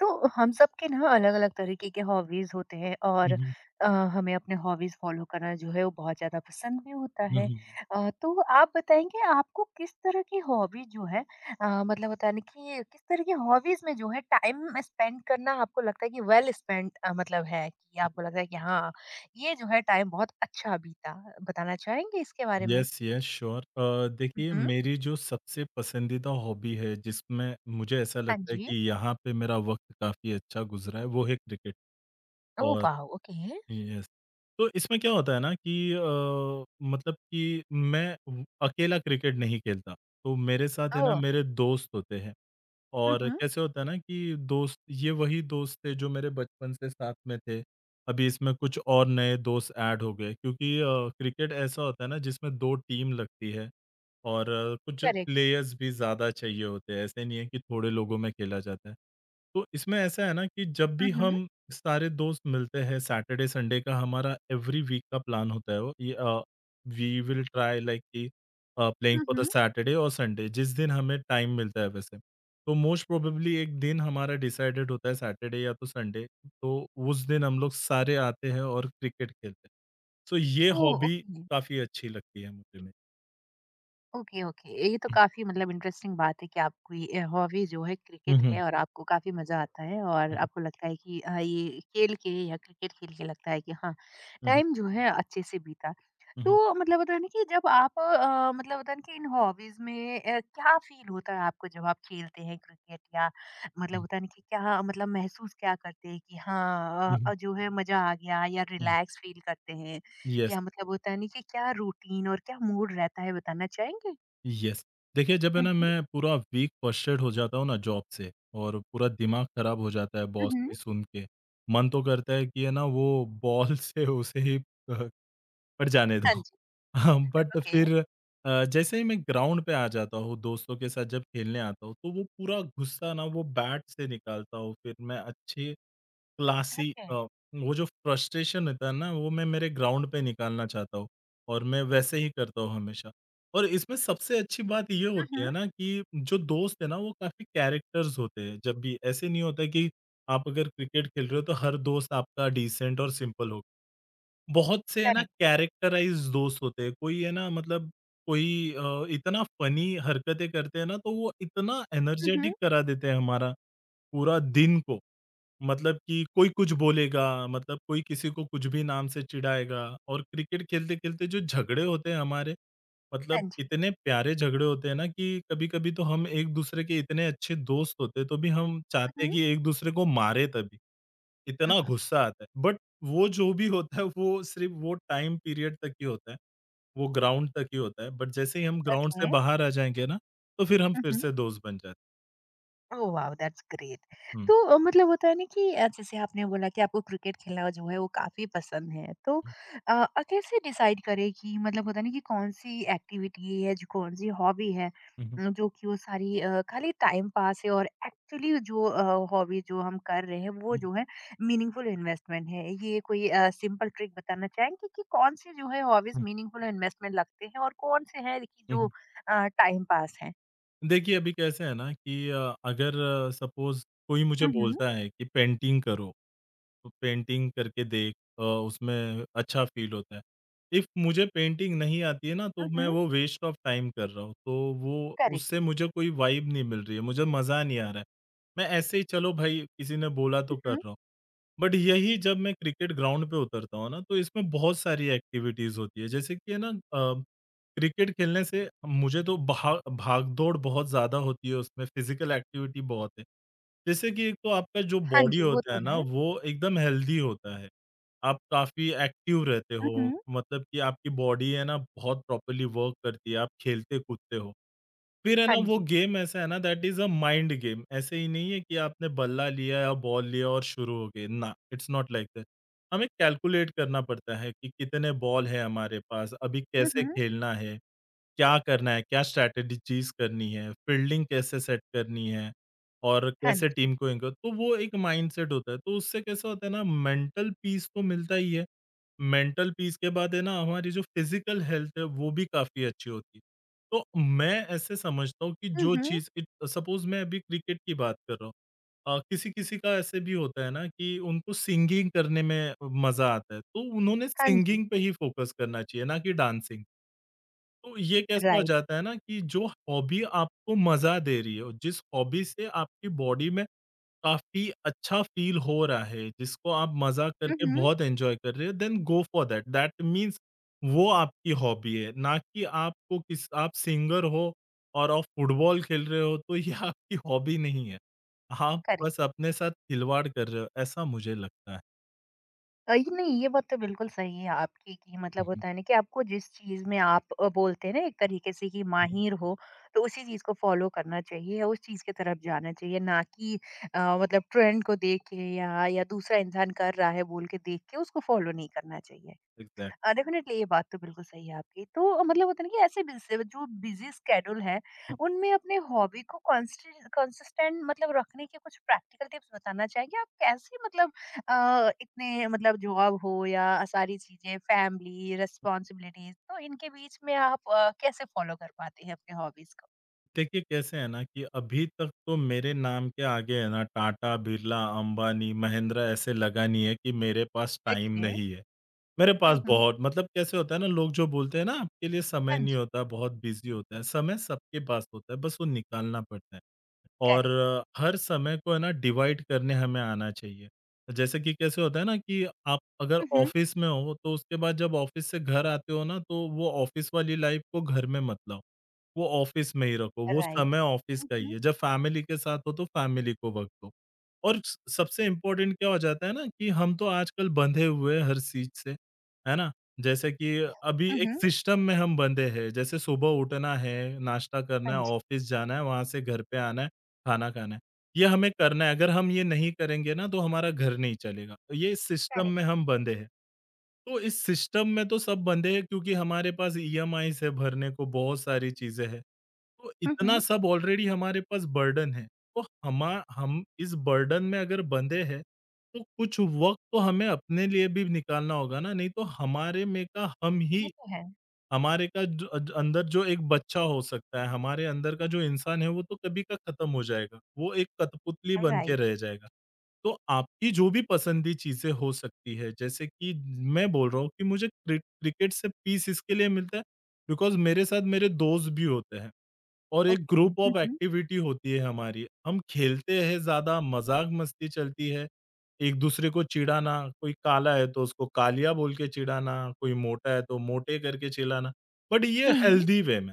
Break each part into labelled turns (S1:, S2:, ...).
S1: तो हम सब के ना अलग-अलग तरीके के हॉबीज़ होते हैं
S2: हुँ,
S1: और
S2: हुँ।
S1: अ, हमें अपने हॉबीज़ फ़ॉलो करना जो है वो बहुत ज़्यादा पसंद भी होता
S2: हुँ,
S1: है।
S2: हुँ।
S1: तो आप बताएँगे आपको किस तरह की हॉबी जो है मतलब होता है ना कि किस तरह की हॉबीज़ में जो है टाइम स्पेंड करना आपको लगता है कि वेल स्पेंड मतलब है कि आपको लगता है कि हाँ, ये जो है टाइम बहुत अच्छा बीता। बताना चाहेंगे इसके बारे में?
S2: Yes, yes, sure. देखिए
S1: हुँ,
S2: मेरी जो सबसे पसंदीदा हॉबी है जिसमें मुझे ऐसा
S1: हाँ
S2: लगता है
S1: जी।
S2: कि यहाँ पे मेरा वक़्त काफ़ी अच्छा गुज़रा है वो है क्रिकेट
S1: ओह
S2: और
S1: वाओ! ओके।
S2: येस। तो इसमें क्या होता है ना कि मतलब कि मैं व अकेला क्रिकेट नहीं खेलता। तो मेरे साथ है ना
S1: ओह!
S2: मेरे दोस्त होते हैं।
S1: हुँ,
S2: और
S1: हुँ।
S2: कैसे होता है ना कि दोस्त ये वही दोस्त थे जो मेरे बचपन से साथ में थे। अभी इसमें कुछ और नए दोस्त ऐड हो गए क्योंकि क्रिकेट ऐसा होता है ना जिसमें 2 टीम लगती है। और कुछ
S1: करेक्ट।
S2: प्लेयर्स भी ज़्यादा चाहिए होते हैं, ऐसे नहीं है कि थोड़े लोगों में खेला जाता है। तो इसमें ऐसा है ना कि जब
S1: हुँ,
S2: भी
S1: हुँ।
S2: हम सारे दोस्त मिलते हैं सैटरडे, संडे का हमारा एवरी वीक का प्लान होता है वो ये वी विल ट्राई लाइक कि playing
S1: um,
S2: for the
S1: um.
S2: Saturday और संडे जिस दिन हमें टाइम मिलता है वैसे। तो मोस्ट प्रोबेबली एक दिन हमारा डिसाइडेड होता है सैटरडे या तो संडे, तो उस दिन हम लोग सारे आते हैं और क्रिकेट खेलते हैं। सो ये
S1: ओह!
S2: Hobby
S1: okay.
S2: काफ़ी अच्छी लगती है मुझे मेरी।
S1: ओके, ओके, ये तो काफी मतलब इंटरेस्टिंग बात है कि आपकी हॉबी जो है क्रिकेट
S2: हुँ।
S1: है और आपको काफी मजा आता है और
S2: हुँ,
S1: आपको लगता है कि ये खेल के या क्रिकेट खेल के लगता है कि हाँ
S2: हुँ,
S1: टाइम जो है अच्छे से बीता।
S2: हुँ, हुँ,
S1: तो मतलब होता है ना कि जब आप मतलब होता है ना कि इन हॉबीज में क्या फील होता है आपको जब आप खेलते हैं क्रिकेट या मतलब
S2: हुँ,
S1: होता है ना कि क्या मतलब महसूस क्या करते हैं कि हाँ
S2: हुँ, हुँ,
S1: जो है मजा आ गया या
S2: हुँ,
S1: रिलैक्स फील करते हैं
S2: येस,
S1: या मतलब होता है ना कि क्या रूटीन और क्या मूड रहता है बताना चाहेंगे?
S2: येस। देखिए, जब है
S1: हुँ,
S2: ना
S1: हुँ।
S2: मैं पूरा वीक फ्रस्ट्रेट हो जाता हूँ ना जॉब से और पूरा दिमाग खराब हो जाता है
S1: हुँ,
S2: बॉस
S1: हुँ।
S2: की सुन के, मन तो करता है कि है ना वो बॉल से उसे ही अ, पड़ जाने
S1: हाँ
S2: दो।
S1: जी,
S2: बट
S1: ओके।
S2: फिर अ, जैसे ही मैं ग्राउंड पे आ जाता हूँ, दोस्तों के साथ जब खेलने आता हूँ, तो वो पूरा गुस्सा ना वो बैट से निकालता हूँ, फिर मैं अच्छे क्लासी
S1: ओके।
S2: अ, वो जो फ्रस्ट्रेशन रहता है ना, वो मैं मेरे ग्राउंड पे निकालना चाहता हूँ और मैं वैसे ही करता हूँ हमेशा। और इसमें सबसे अच्छी बात ये
S1: हुँ,
S2: होती है
S1: हुँ।
S2: ना कि जो दोस्त है ना, वो काफ़ी कैरेक्टर्स होते हैं। जब भी ऐसे नहीं होता कि आप अगर क्रिकेट खेल रहे हो, तो हर दोस्त आपका डिसेंट और सिंपल हो। बहुत से है ना
S1: करेक्ट।
S2: कैरेक्टराइज़्ड दोस्त होते हैं। कोई है ना मतलब कोई इतना फ़नी हरकतें करते हैं ना, तो वो इतना
S1: हुँ,
S2: एनर्जेटिक
S1: हुँ।
S2: करा देते हैं हमारा पूरा दिन को। मतलब कि कोई कुछ बोलेगा, मतलब कोई किसी को कुछ भी नाम से चिढ़ाएगा और क्रिकेट खेलते-खेलते जो झगड़े होते हैं हमारे,
S1: हाँ
S2: मतलब
S1: जी।
S2: इतने प्यारे झगड़े होते हैं ना कि कभी-कभी तो हम एक-दूसरे के इतने अच्छे दोस्त होते हैं, तो भी हम चाहते
S1: हुँ,
S2: हैं
S1: हुँ।
S2: कि एक-दूसरे को मारे तभी। इतना गुस्सा आता है, बट वो जो भी होता है वो सिर्फ़ वो टाइम पीरियड तक ही होता है, वो ग्राउंड तक ही होता है, बट जैसे ही हम ग्राउंड से
S1: ओके।
S2: बाहर आ जाएँगे ना, तो फिर हम
S1: हुँ,
S2: फिर
S1: हुँ।
S2: से दोस्त बन जाते हैं।
S1: Oh wow! That's great.
S2: हुँ,
S1: तो मतलब होता है ना कि जैसे आपने बोला कि आपको क्रिकेट खेलना जो है वो काफ़ी पसंद है। तो
S2: हुँ,
S1: कैसे डिसाइड करें कि मतलब होता है ना कि कौन-सी एक्टिविटी है, जो कौन-सी हॉबी है
S2: हुँ, हुँ,
S1: जो कि वो सारी खाली टाइम पास है और एक्चुअली जो हॉबी जो हम कर रहे हैं वो जो है मीनिंगफुल इन्वेस्टमेंट है। ये कोई सिंपल ट्रिक बताना चाहेंगे कि कौन-सी जो है हॉबीज़
S2: हुँ,
S1: मीनिंगफुल इन्वेस्टमेंट लगते हैं और कौन से हैं कि
S2: हुँ,
S1: जो
S2: हुँ।
S1: टाइम पास हैं?
S2: देखिए, अभी कैसे है ना कि अगर सपोज़ कोई मुझे
S1: हुँ, हुँ।
S2: बोलता है कि पेंटिंग करो, तो पेंटिंग करके उसमें अच्छा फ़ील होता है। इफ़ मुझे पेंटिंग नहीं आती है ना, तो
S1: हुँ,
S2: मैं
S1: हुँ।
S2: वो वेस्ट ऑफ़ टाइम कर रहा हूँ। तो वो
S1: करेक्ट।
S2: उससे मुझे कोई वाइब नहीं मिल रही है, मुझे मज़ा नहीं आ रहा है। मैं ऐसे ही चलो भाई किसी ने बोला
S1: हुँ,
S2: तो कर
S1: हुँ।
S2: रहा हूँ। बट यही जब मैं क्रिकेट ग्राउंड पे उतरता हूँ ना, तो इसमें बहुत सारी एक्टिविटीज़ होती है। जैसे कि है ना क्रिकेट खेलने से मुझे तो भा भाग-दौड़ बहुत ज़्यादा होती है उसमें, फिज़िकल एक्टिविटी बहुत है। जैसे कि एक तो आपका जो
S1: हाँ
S2: बॉडी
S1: जी, वो
S2: होता
S1: तो
S2: है ना,
S1: है।
S2: वो एकदम हेल्दी होता है। आप काफ़ी एक्टिव रहते
S1: हुँ,
S2: हो,
S1: हुँ।
S2: मतलब कि आपकी बॉडी है ना बहुत प्रॉपर्ली वर्क करती है, आप खेलते-कूदते हो। फिर है
S1: हाँ
S2: ना वो
S1: जी।
S2: गेम ऐसा है ना that is a mind game, ऐसे ही नहीं है कि आपने बल्ला लिया या बॉल लिया और शुरू हो गए, ना, इट्स नॉट लाइक दैट। हमें कैलकुलेट करना पड़ता है कि कितने बॉल हैं हमारे पास, अभी
S1: हुँ,
S2: कैसे
S1: हुँ।
S2: खेलना है, क्या करना है, क्या स्ट्रैटेजी चीज़ करनी है, फील्डिंग कैसे सेट करनी है और
S1: हाँ
S2: कैसे
S1: जी।
S2: टीम को एंकर तो वो एक माइंडसेट होता है। तो उससे कैसा होता है ना मेंटल पीस तो मिलता ही है। मेंटल पीस के बाद है ना हमारी जो फिज़िकल हेल्थ है वो भी काफ़ी अच्छी होती है। तो मैं ऐसे समझता हूँ कि
S1: हुँ,
S2: जो
S1: हुँ।
S2: चीज़ इत सपोज़ मैं अभी क्रिकेट की बात कर रहा हूँ। किसी-किसी का ऐसे भी होता है ना कि उनको सिंगिंग करने में मज़ा आता है। तो उन्होंने
S1: हाँ जी।
S2: सिंगिंग पे ही फ़ोकस करना चाहिए ना कि डांसिंग। तो ये कैसा हो
S1: राइट।
S2: जाता है ना कि जो हॉबी आपको मज़ा दे रही है, जिस हॉबी से आपकी बॉडी में काफ़ी अच्छा फ़ील हो रहा है, जिसको आप मज़ा
S1: हुँ,
S2: करके
S1: हुँ।
S2: बहुत एन्जॉय कर रहे हो, then go for that. That means वो आपकी हॉबी है, ना कि आपको किस आप सिंगर हो और आप फुटबॉल खेल रहे हो, तो ये आपकी हॉबी नहीं है। आप
S1: करेक्ट।
S2: बस अपने साथ खिलवाड़ कर रहे हो, ऐसा मुझे लगता है।
S1: ये नहीं, ये बात तो बिल्कुल सही है आपकी कि मतलब
S2: हुँ, हुँ,
S1: होता है ना कि आपको जिस चीज़ में आप बोलते हैं ना एक तरीके से कि
S2: हुँ, हुँ।
S1: माहिर हो, तो उसी चीज़ को फ़ॉलो करना चाहिए, उस चीज़ की तरफ जाना चाहिए, ना कि मतलब ट्रेंड को देख के या दूसरा इंसान कर रहा है बोल के देख के उसको फ़ॉलो नहीं करना चाहिए।
S2: एग्ज़ैक्ट।
S1: डेफिनेटली ये बात तो बिल्कुल सही है आपकी। तो मतलब होता है ना कि ऐसे बिज़ जो बिज़ी स्केड्यूल है, उनमें अपने हॉबी को कॉन्स्टि कंसिस्टेंट मतलब रखने के कुछ प्रैक्टिकल टिप्स बताना चाहेंगे? आप कैसे मतलब इतने मतलब जॉब हो या सारी चीज़ें, फैमिली, रिस्पॉन्सिबिलिटीज़ तो इनके बीच में आप कैसे फ़ॉलो कर पाते हैं अपने हॉबीज़ को?
S2: देखिए, कैसे है ना कि अभी तक तो मेरे नाम के आगे है ना टाटा, बिरला, अंबानी, महिंद्रा ऐसे लगा नहीं है कि मेरे पास टाइम
S1: ओके।
S2: नहीं है। मेरे
S1: हुँ,
S2: पास
S1: हुँ।
S2: बहुत मतलब कैसे होता है ना लोग जो बोलते हैं ना आपके लिए
S1: हाँ
S2: समय नहीं
S1: जी,
S2: होता, बहुत बिज़ी होता है। समय सबके पास होता है, बस वो निकालना पड़ता है। और
S1: करेक्ट।
S2: हर समय को है ना डिवाइड करने हमें आना चाहिए। जैसे कि कैसे होता है ना कि आप अगर
S1: हुँ, हुँ।
S2: ऑफ़िस में हो तो उसके बाद जब ऑफ़िस से घर आते हो ना तो वो ऑफ़िस वाली लाइफ़ को घर में मत लाओ। वो ऑफ़िस में ही रखो, वो
S1: राइट।
S2: समय ऑफ़िस
S1: हुँ,
S2: का ही
S1: हुँ।
S2: है। जब फैमिली के साथ हो, तो फैमिली को वक़्त दो। और स सबसे इम्पोर्टेंट क्या हो जाता है ना कि हम तो आजकल बँधे हुए हैं हर चीज़ से, है ना? जैसे कि अभी
S1: हुँ,
S2: एक
S1: हुँ।
S2: सिस्टम में हम बँधे हैं, जैसे सुबह उठना है, नाश्ता करना
S1: हाँ
S2: है,
S1: जी,
S2: ऑफ़िस जाना है, वहाँ से घर पे आना है, खाना खाना है। ये हमें करना है, अगर हम ये नहीं करेंगे ना, तो हमारा घर नहीं चलेगा। तो ये सिस्टम
S1: करेक्ट।
S2: में हम बँधे हैं। तो इस सिस्टम में तो सब बंधे हैं क्योंकि हमारे पास ईएमआईज़ है भरने को, बहुत सारी चीज़ें हैं। तो
S1: हुँ,
S2: इतना
S1: हुँ।
S2: सब ऑलरेडी हमारे पास बर्डन है। तो हमा हम इस बर्डन में अगर बंधे हैं, तो कुछ वक़्त तो हमें अपने लिए भी निकालना होगा ना, नहीं तो हमारे में का हम
S1: ये
S2: ही
S1: तो है।
S2: हमारे का ज अज अंदर जो एक बच्चा हो सकता है, हमारे अंदर का जो इंसान है वो तो कभी का खत्म हो जाएगा। वो एक कठपुतली बन के
S1: राइट।
S2: रह जाएगा। तो आपकी जो भी पसंदी चीज़ें हो सकती है, जैसे कि मैं बोल रहा हूँ कि मुझे क्रिकेट से पीस इसके लिए मिलता है बिकॉज़ मेरे साथ मेरे दोस्त भी होते हैं। और एक
S1: okay. Um,
S2: group of
S1: um.
S2: Activity होती है हमारी। हम खेलते हैं ज़्यादा, मज़ाक-मस्ती चलती है, एक-दूसरे को चिढ़ाना, कोई काला है तो उसको कालिया बोल के चिढ़ाना, कोई मोटा है तो मोटे करके चिढ़ाना, बट ये
S1: हुँ, हुँ।
S2: हेल्दी वे में।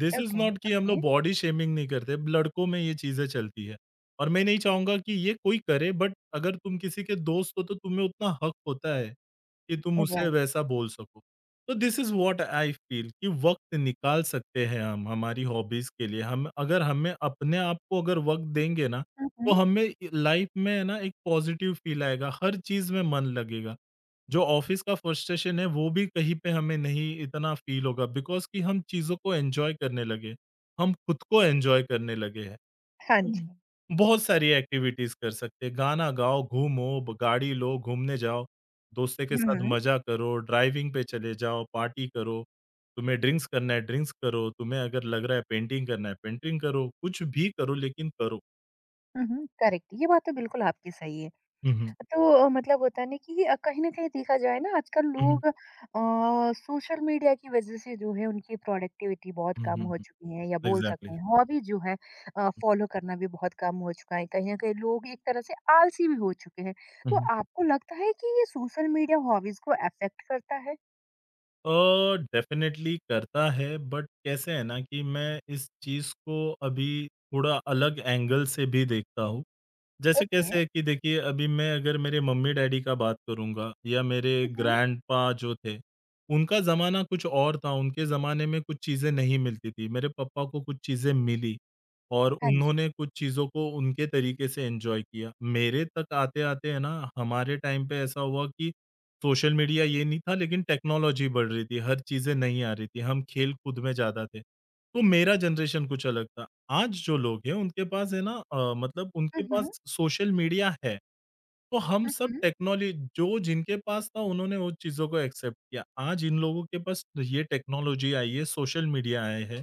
S2: दिस इज़
S1: ओके,
S2: नॉट कि हम लोग
S1: ओके,
S2: बॉडी शेमिंग नहीं करते, लड़कों में ये चीज़ें चलती है। और मैं नहीं चाहूँगा कि ये कोई करे बट अगर तुम किसी के दोस्त हो तो तुम्हें उतना हक होता है, कि तुम उसे
S1: राइट।
S2: वैसा बोल सको। तो this is what I feel कि वक़्त निकाल सकते हैं हम हमारी हॉबीज़ के लिए। हम अगर हमें अपने आप को अगर वक़्त देंगे ना,
S1: हुँ,
S2: तो
S1: हुँ।
S2: हमें लाइफ़ में है ना एक पॉज़िटिव फील आएगा, हर चीज़ में मन लगेगा। जो ऑफिस का फ्रस्ट्रेशन है वो भी कहीं पे हमें नहीं इतना फ़ील होगा बिकॉज़ कि हम चीज़ों को एन्जॉय करने लगे। हम खुद को एन्जॉय करने लगे हैं।
S1: हाँ
S2: उम,
S1: जी।
S2: बहुत सारी एक्टिविटीज़ कर सकते हैं। गाना गाओ, घूमो, ब गाड़ी लो, घूमने जाओ, दोस्तों के साथ
S1: हुँ,
S2: मज़ा करो, ड्राइविंग पे चले जाओ, पार्टी करो। तुम्हें ड्रिंक्स करना है, ड्रिंक्स करो, तुम्हें अगर लग रहा है पेंटिंग करना है, पेंटिंग करो, कुछ भी करो लेकिन करो।
S1: हुँ, हुँ, करेक्ट, ये बात तो बिल्कुल आपकी सही है।
S2: हुँ, हुँ।
S1: तो मतलब होता है ना कि कहीं न कहीं देखा जाए ना आजकल
S2: हुँ, हुँ।
S1: लोग सोशल मीडिया की वज़ह से जो है उनकी प्रोडक्टिविटी बहुत
S2: हुँ,
S1: कम
S2: हुँ,
S1: हो
S2: हुँ।
S1: चुकी है या बोल सकते
S2: एग्ज़ैक्टली।
S1: हैं हॉबी जो है फ़ॉलो करना भी बहुत कम हो चुका है। कहीं न कहीं लोग एक तरह से आलसी भी हो चुके हैं।
S2: हुँ,
S1: तो
S2: हुँ।
S1: आपको लगता है कि ये सोशल मीडिया हॉबीज़ को अफ़ेक्ट करता है?
S2: अ, डेफ़िनेटली करता है, बट कैसे है ना कि मैं इस चीज़ को अभी थोड़ा अलग एंगल से भी देखता हूँ। जैसे
S1: ओके।
S2: कैसे कि देखिए, अभी मैं अगर मेरे मम्मी-डैडी का बात करूँगा या मेरे
S1: हुँ, हुँ।
S2: ग्रैंडपा जो थे, उनका ज़माना कुछ और था, उनके ज़माने में कुछ चीज़ें नहीं मिलती थी। मेरे पापा को कुछ चीज़ें मिली और
S1: हाँ जी।
S2: उन्होंने कुछ चीज़ों को उनके तरीके से एन्जॉय किया। मेरे तक आते-आते है ना, हमारे टाइम पे ऐसा हुआ कि सोशल मीडिया ये नहीं था लेकिन टेक्नोलॉजी बढ़ रही थी, हर चीज़ें नहीं आ रही थी, हम खेल-कूद में ज़्यादा थे। तो मेरा जनरेशन कुछ अलग था। आज जो लोग हैं उनके पास है ना मतलब उनके
S1: हुँ,
S2: पास
S1: हुँ।
S2: सोशल मीडिया है। तो हम
S1: हुँ,
S2: सब
S1: हुँ।
S2: टेक्नोलॉजी जो जिनके पास था उन्होंने वो चीज़ों को एक्सेप्ट किया। आज इन लोगों के पास ये टेक्नोलॉजी आई है, सोशल मीडिया आए हैं।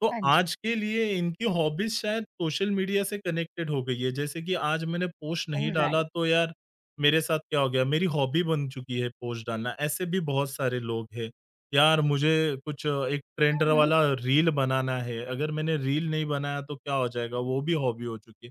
S2: तो
S1: हाँ जी।
S2: आज के लिए इनकी हॉबीज़ शायद सोशल मीडिया से कनेक्टेड हो गई है। जैसे कि आज मैंने पोस्ट नहीं डाला
S1: राइट।
S2: तो यार मेरे साथ क्या हो गया? मेरी हॉबी बन चुकी है पोस्ट डालना। ऐसे भी बहुत सारे लोग हैं। यार मुझे कुछ एक ट्रेंड
S1: हुँ,
S2: वाला रील बनाना है। अगर मैंने रील नहीं बनाया तो क्या हो जाएगा? वो भी हॉबी हो चुकी है।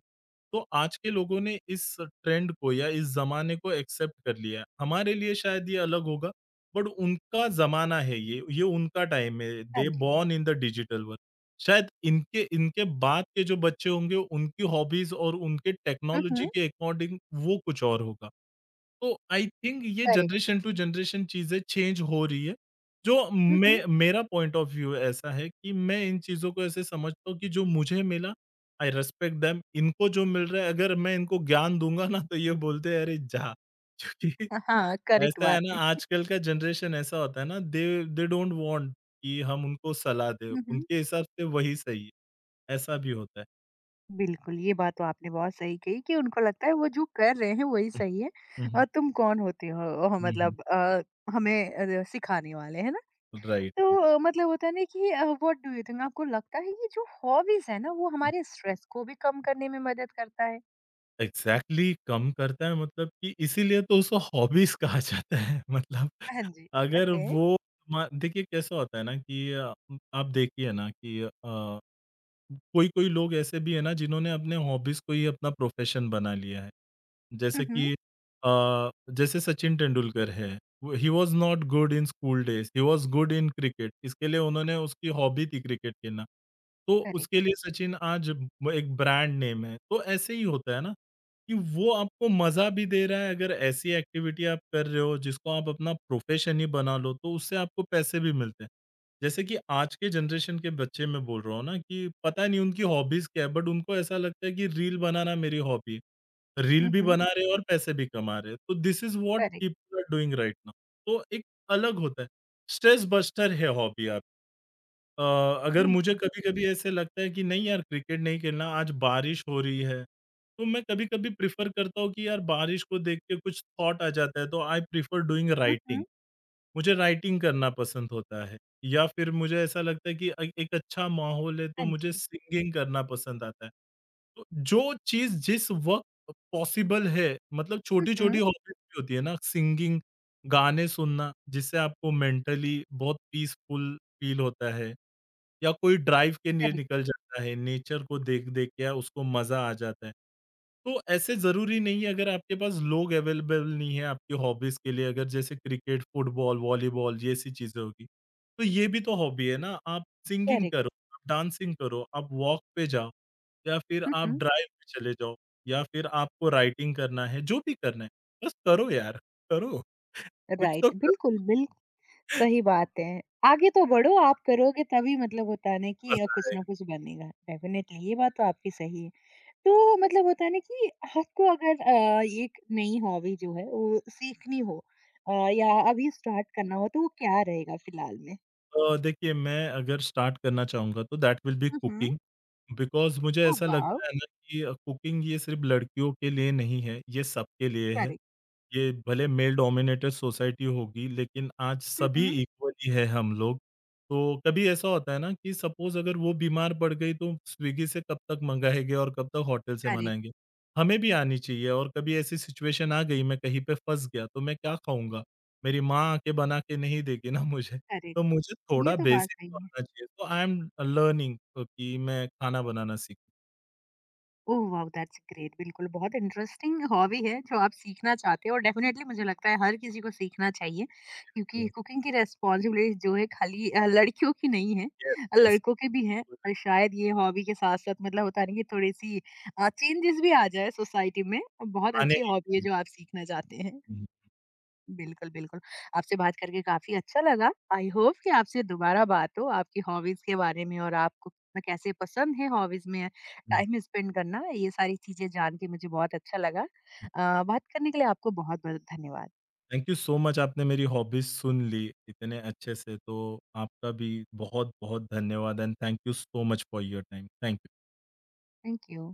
S2: तो आज के लोगों ने इस ट्रेंड को या इस ज़माने को एक्सेप्ट कर लिया है। हमारे लिए शायद ये अलग होगा, बट उनका ज़माना है ये उनका टाइम है।
S1: हाँ
S2: दे
S1: जी।
S2: Born in the digital world. शायद इनके इनके बाद के जो बच्चे होंगे, उनकी हॉबीज़ और उनके
S1: हुँ,
S2: टेक्नोलॉजी
S1: हुँ,
S2: के अकॉर्डिंग वो कुछ और होगा। तो आई थिंक ये
S1: करेक्ट।
S2: जनरेशन टू जनरेशन चीज़ें चेंज हो रही है। जो
S1: हुँ, हुँ,
S2: मैं मेरा पॉइंट ऑफ व्यू ऐसा है कि मैं इन चीज़ों को ऐसे समझता हूँ कि जो मुझे मिला आई रिस्पेक्ट देम इनको जो मिल रहा है अगर मैं इनको ज्ञान दूँगा ना तो ये बोलते हैं अरे जा! क्योंकि
S1: हाँ, करेक्ट
S2: ऐसा है
S1: बात
S2: ना
S1: है।
S2: आजकल का जनरेशन ऐसा होता है ना दे दे डोंट वांट कि हम उनको सलाह दें,
S1: हुँ, हुँ,
S2: उनके हिसाब से वही सही है, ऐसा भी होता है।
S1: बिल्कुल, ये बात तो आपने बहुत सही कही कि उनको लगता है वो जो कर रहे हैं वही सही है
S2: हुँ, हुँ,
S1: और तुम कौन होते हो ह
S2: हुँ, हुँ, हुँ।
S1: मतलब हमें सिखाने वाले, है ना?
S2: राइट,
S1: तो मतलब होता है ना कि व्हाट डू यू थिंक आपको लगता है ये जो हॉबीज़ है ना वो
S2: राइट।
S1: हमारे स्ट्रेस को भी कम करने में मदद करता है?
S2: एग्ज़ैक्टली कम करता है, मतलब कि इसीलिए तो उसको हॉबीज़ कहा जाता है। मतलब
S1: हाँ जी,
S2: अगर
S1: ओके।
S2: वो म देखिए कैसा होता है ना कि आप देखिए ना कि कोई-कोई लोग ऐसे भी है ना जिन्होंने अपने हॉबीज़ को ही अपना प्रोफ़ेशन बना लिया है।
S1: हुँ,
S2: जैसे
S1: हुँ,
S2: कि जैसे सचिन तेंदुलकर है, वो he was not good in school days, he was good in cricket इसके लिए उन्होंने उसकी हॉबी थी क्रिकेट खेलना। तो
S1: करेक्ट।
S2: उसके लिए सचिन आज ब एक ब्रांड नेम है। तो ऐसे ही होता है ना, कि वो आपको मज़ा भी दे रहा है अगर ऐसी एक्टिविटी आप कर रहे हो जिसको आप अपना प्रोफ़ेशन ही बना लो, तो उससे आपको पैसे भी मिलते हैं। जैसे कि आज के जनरेशन के बच्चे मैं बोल रहा हूँ ना कि पता नहीं उनकी हॉबीज़ क्या है, बट उनको ऐसा लगता है कि रील बनाना मेरी हॉबी है। रील
S1: हुँ,
S2: भी
S1: हुँ,
S2: बना रहे हैं और पैसे भी कमा रहे हैं। तो this is what
S1: correct,
S2: people are doing right now. तो एक अलग होता है। स्ट्रेस बस्टर है हॉबी। अ, अगर मुझे
S1: बिल्कुल।
S2: कभी-कभी ऐसे लगता है कि नहीं यार क्रिकेट नहीं खेलना, आज बारिश हो रही है, तो मैं कभी-कभी प्रेफ़र करता हूँ कि यार बारिश को देख के कुछ थॉट आ जाता है, तो I prefer doing
S1: um,
S2: writing.
S1: हुँ,
S2: मुझे राइटिंग करना पसंद होता है या फिर मुझे ऐसा लगता है कि एक अच्छा माहौल है, तो
S1: हाँ
S2: मुझे
S1: जी।
S2: सिंगिंग करना पसंद आता है। तो जो चीज़ जिस वक़्त पॉसिबल है, मतलब
S1: हुँ,
S2: छोटी-छोटी
S1: हुँ,
S2: हॉबीज़ भी होती है ना, सिंगिंग, गाने सुनना, जिससे आपको मेंटली बहुत पीसफुल फ़ील होता है। या कोई ड्राइव के लिए
S1: करेक्ट,
S2: निकल जाता है, नेचर को देख-देख के उसको मज़ा आ जाता है। तो ऐसे ज़रूरी नहीं है अगर आपके पास लोग अवेलेबल नहीं है आपकी हॉबीज़ के लिए अगर जैसे क्रिकेट, फुटबॉल, वॉलीबॉल जैसी चीज़ें होगी। तो ये भी तो हॉबी है ना, आप सिंगिंग
S1: करेक्ट।
S2: करो, आप डांसिंग करो, आप वॉक पे जाओ या फिर
S1: हुँ,
S2: आप
S1: हुँ।
S2: ड्राइव पे चले जाओ या फिर आपको राइटिंग करना है, जो भी करना है, बस करो यार, करो। कुछ तो
S1: राइट,
S2: करो,
S1: बिल्कुल, बिल्क सही बात है। आगे तो बढ़ो, आप करोगे तभी मतलब होता है ना कि
S2: मज़ा
S1: कुछ ना
S2: आएगा।
S1: कुछ बनेगा। डेफ़िनेटली ये बात तो आपकी सही है। तो मतलब होता है ना कि आपको अगर एक नई हॉबी जो है वो सीखनी हो अ, या अभी स्टार्ट करना हो तो वो क्या रहेगा फ़िलहाल में?
S2: देखिए मैं अगर स्टार्ट करना चाहूँगा तो that will be
S1: um, um.
S2: Cooking, because मुझे
S1: ओह
S2: ऐसा
S1: वाओ!
S2: लगता है ना कि कुकिंग ये सिर्फ़ लड़कियों के लिए नहीं है, ये सबके लिए है।
S1: करेक्ट।
S2: ये भले मेल डोमिनेटेड सोसाइटी होगी, लेकिन आज
S1: हुँ,
S2: सभी
S1: हुँ।
S2: इक्वली है हम लोग। तो कभी ऐसा होता है ना कि सपोज़ अगर वो बीमार पड़ गई तो स्विगी से कब तक मँगाएँगे और कब तक होटल से
S1: करेक्ट,
S2: मनाएँगे। हमें भी आनी चाहिए और कभी ऐसी सिचुएशन आ गई मैं कहीं पे फँस गया तो मैं क्या खाऊँगा? मेरी माँ आके बना के नहीं देगी ना मुझे। तो
S1: करेक्ट।
S2: मुझे
S1: ये
S2: थोड़ा
S1: तो बात
S2: बेसिक तो
S1: सही है।
S2: आना चाहिए। तो आई एम लर्निंग कि मैं खाना बनाना सीख
S1: ओह वाओ! दैट्स ग्रेट, बिल्कुल, बहुत इंटरेस्टिंग हॉबी है जो आप सीखना चाहते हो और डेफिनिटली मुझे लगता है हर किसी को सीखना चाहिए क्योंकि कुकिंग की रिस्पॉन्सिबिलिटी जो है खाली लड़कियों की नहीं है,
S2: येस, येस।
S1: लड़कों की भी है और शायद ये हॉबी के साथ-साथ मतलब होता नहीं कि थोड़ी-सी चेंजेस भी आ जाए सोसाइटी में। बहुत
S2: खाने ही
S1: अच्छी हॉबी है
S2: चाहिए।
S1: जो आप सीखना चाहते हैं।
S2: हुँ,
S1: बिल्कुल, बिल्कुल। आपसे बात करके काफ़ी अच्छा लगा। आई होप कि आपसे दोबारा बात हो आपकी हॉबीज़ के बारे में और आपको कितना कैसे पसंद है हॉबीज़ में
S2: हुँ।
S1: टाइम स्पेंड करना। ये सारी चीज़ें जान के मुझे बहुत अच्छा लगा। बात करने के लिए आपको बहुत-बहुत धन्यवाद।
S2: थैंक यू सो मच, आपने मेरी हॉबीज सुन ली इतने अच्छे से तो आपका भी बहुत बहुत धन्यवाद and thank you so much for your time. Thank you.
S1: Thank you.